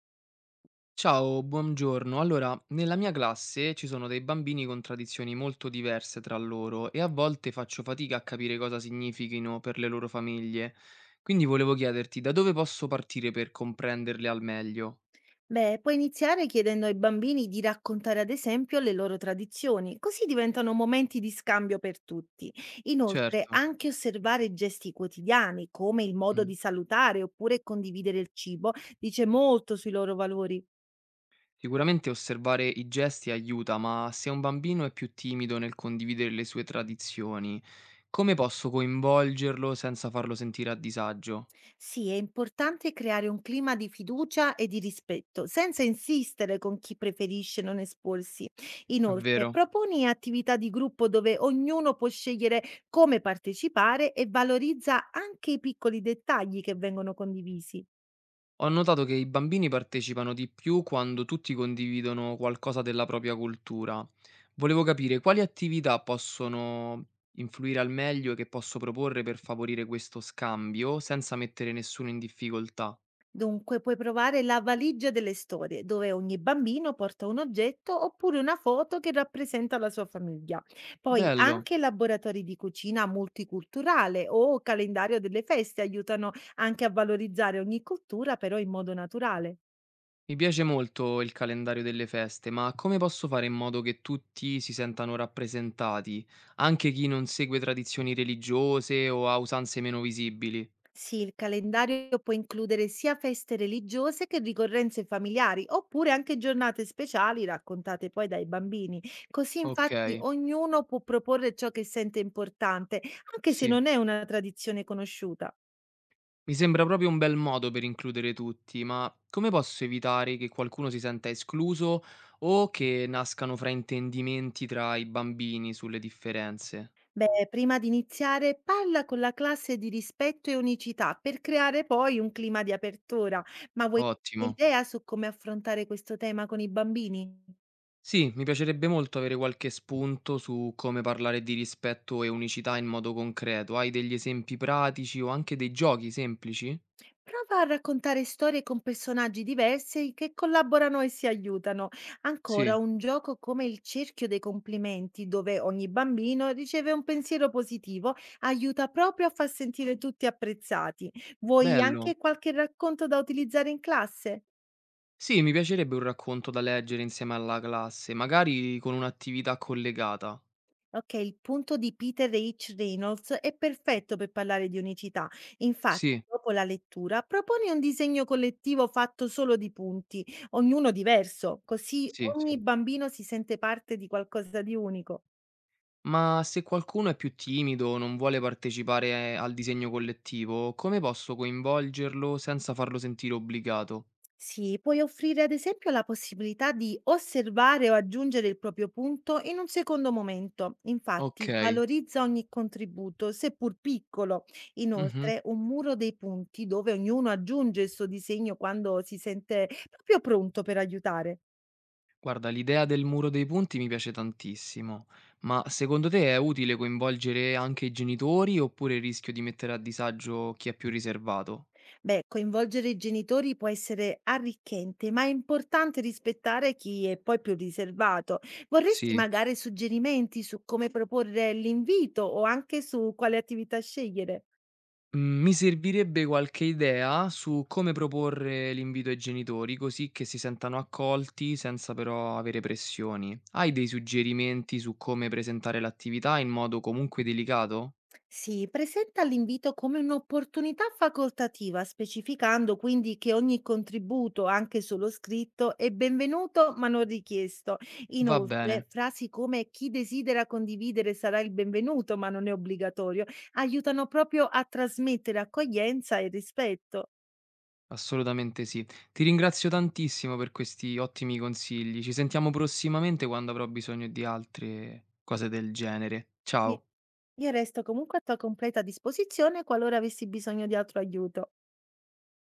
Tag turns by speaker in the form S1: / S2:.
S1: Ciao, buongiorno. Allora, nella mia classe ci sono dei bambini con tradizioni molto diverse tra loro e a volte faccio fatica a capire cosa significhino per le loro famiglie. Quindi volevo chiederti da dove posso partire per comprenderle al meglio?
S2: Beh, puoi iniziare chiedendo ai bambini di raccontare ad esempio le loro tradizioni, così diventano momenti di scambio per tutti. Inoltre,
S1: Certo.
S2: anche osservare gesti quotidiani, come il modo
S1: Mm.
S2: di salutare oppure condividere il cibo, dice molto sui loro valori.
S1: Sicuramente osservare i gesti aiuta, ma se un bambino è più timido nel condividere le sue tradizioni, come posso coinvolgerlo senza farlo sentire a disagio?
S2: Sì, è importante creare un clima di fiducia e di rispetto, senza insistere con chi preferisce non esporsi.
S1: È
S2: Inoltre,
S1: vero?
S2: proponi attività di gruppo dove ognuno può scegliere come partecipare e valorizza anche i piccoli dettagli che vengono condivisi.
S1: Ho notato che i bambini partecipano di più quando tutti condividono qualcosa della propria cultura. Volevo capire quali attività possono influire al meglio e che posso proporre per favorire questo scambio senza mettere nessuno in difficoltà.
S2: Dunque, puoi provare la valigia delle storie, dove ogni bambino porta un oggetto oppure una foto che rappresenta la sua famiglia. Poi
S1: Bello,
S2: anche laboratori di cucina multiculturale o calendario delle feste aiutano anche a valorizzare ogni cultura, però in modo naturale.
S1: mi piace molto il calendario delle feste, ma come posso fare in modo che tutti si sentano rappresentati, anche chi non segue tradizioni religiose o ha usanze meno visibili?
S2: Sì, il calendario può includere sia feste religiose che ricorrenze familiari, oppure anche giornate speciali raccontate poi dai bambini. Così
S1: Ok,
S2: infatti ognuno può proporre ciò che sente importante, anche se
S1: sì.
S2: non è una tradizione conosciuta.
S1: Mi sembra proprio un bel modo per includere tutti, ma come posso evitare che qualcuno si senta escluso o che nascano fraintendimenti tra i bambini sulle differenze?
S2: Beh, prima di iniziare, parla con la classe di rispetto e unicità per creare poi un clima di apertura. Ma vuoi
S1: Ottimo.
S2: un'idea su come affrontare questo tema con i bambini?
S1: Sì, mi piacerebbe molto avere qualche spunto su come parlare di rispetto e unicità in modo concreto. Hai degli esempi pratici o anche dei giochi semplici?
S2: Prova a raccontare storie con personaggi diversi che collaborano e si aiutano. Ancora
S1: Sì,
S2: un gioco come il cerchio dei complimenti, dove ogni bambino riceve un pensiero positivo, aiuta proprio a far sentire tutti apprezzati. Vuoi
S1: bello.
S2: anche qualche racconto da utilizzare in classe?
S1: Sì, mi piacerebbe un racconto da leggere insieme alla classe, magari con un'attività collegata.
S2: Ok, il punto di Peter H. Reynolds è perfetto per parlare di unicità. Infatti,
S1: Sì,
S2: dopo la lettura, proponi un disegno collettivo fatto solo di punti, ognuno diverso, così
S1: sì, sì.
S2: ogni bambino si sente parte di qualcosa di unico.
S1: Ma se qualcuno è più timido o non vuole partecipare al disegno collettivo, come posso coinvolgerlo senza farlo sentire obbligato?
S2: Sì, puoi offrire ad esempio la possibilità di osservare o aggiungere il proprio punto in un secondo momento.
S1: Ok.
S2: Infatti, valorizza ogni contributo, seppur piccolo.
S1: Mhm.
S2: Inoltre, un muro dei punti dove ognuno aggiunge il suo disegno quando si sente proprio pronto per aiutare.
S1: Guarda, l'idea del muro dei punti mi piace tantissimo, ma secondo te è utile coinvolgere anche i genitori oppure rischio di mettere a disagio chi è più riservato?
S2: Beh, coinvolgere i genitori può essere arricchente, ma è importante rispettare chi è poi più riservato. Vorresti
S1: Sì.
S2: magari suggerimenti su come proporre l'invito o anche su quale attività scegliere?
S1: Mhmm, Mi servirebbe qualche idea su come proporre l'invito ai genitori, così che si sentano accolti senza però avere pressioni. Hai dei suggerimenti su come presentare l'attività in modo comunque delicato?
S2: Si presenta l'invito come un'opportunità facoltativa, specificando quindi che ogni contributo, anche solo scritto, è benvenuto ma non richiesto.
S1: Va
S2: Inoltre,
S1: bene,
S2: frasi come chi desidera condividere sarà il benvenuto ma non è obbligatorio, aiutano proprio a trasmettere accoglienza e rispetto.
S1: assolutamente sì. Ti ringrazio tantissimo per questi ottimi consigli. Ci sentiamo prossimamente quando avrò bisogno di altre cose del genere.
S2: Io
S1: Ciao.
S2: io resto comunque a tua completa disposizione qualora avessi bisogno di altro aiuto.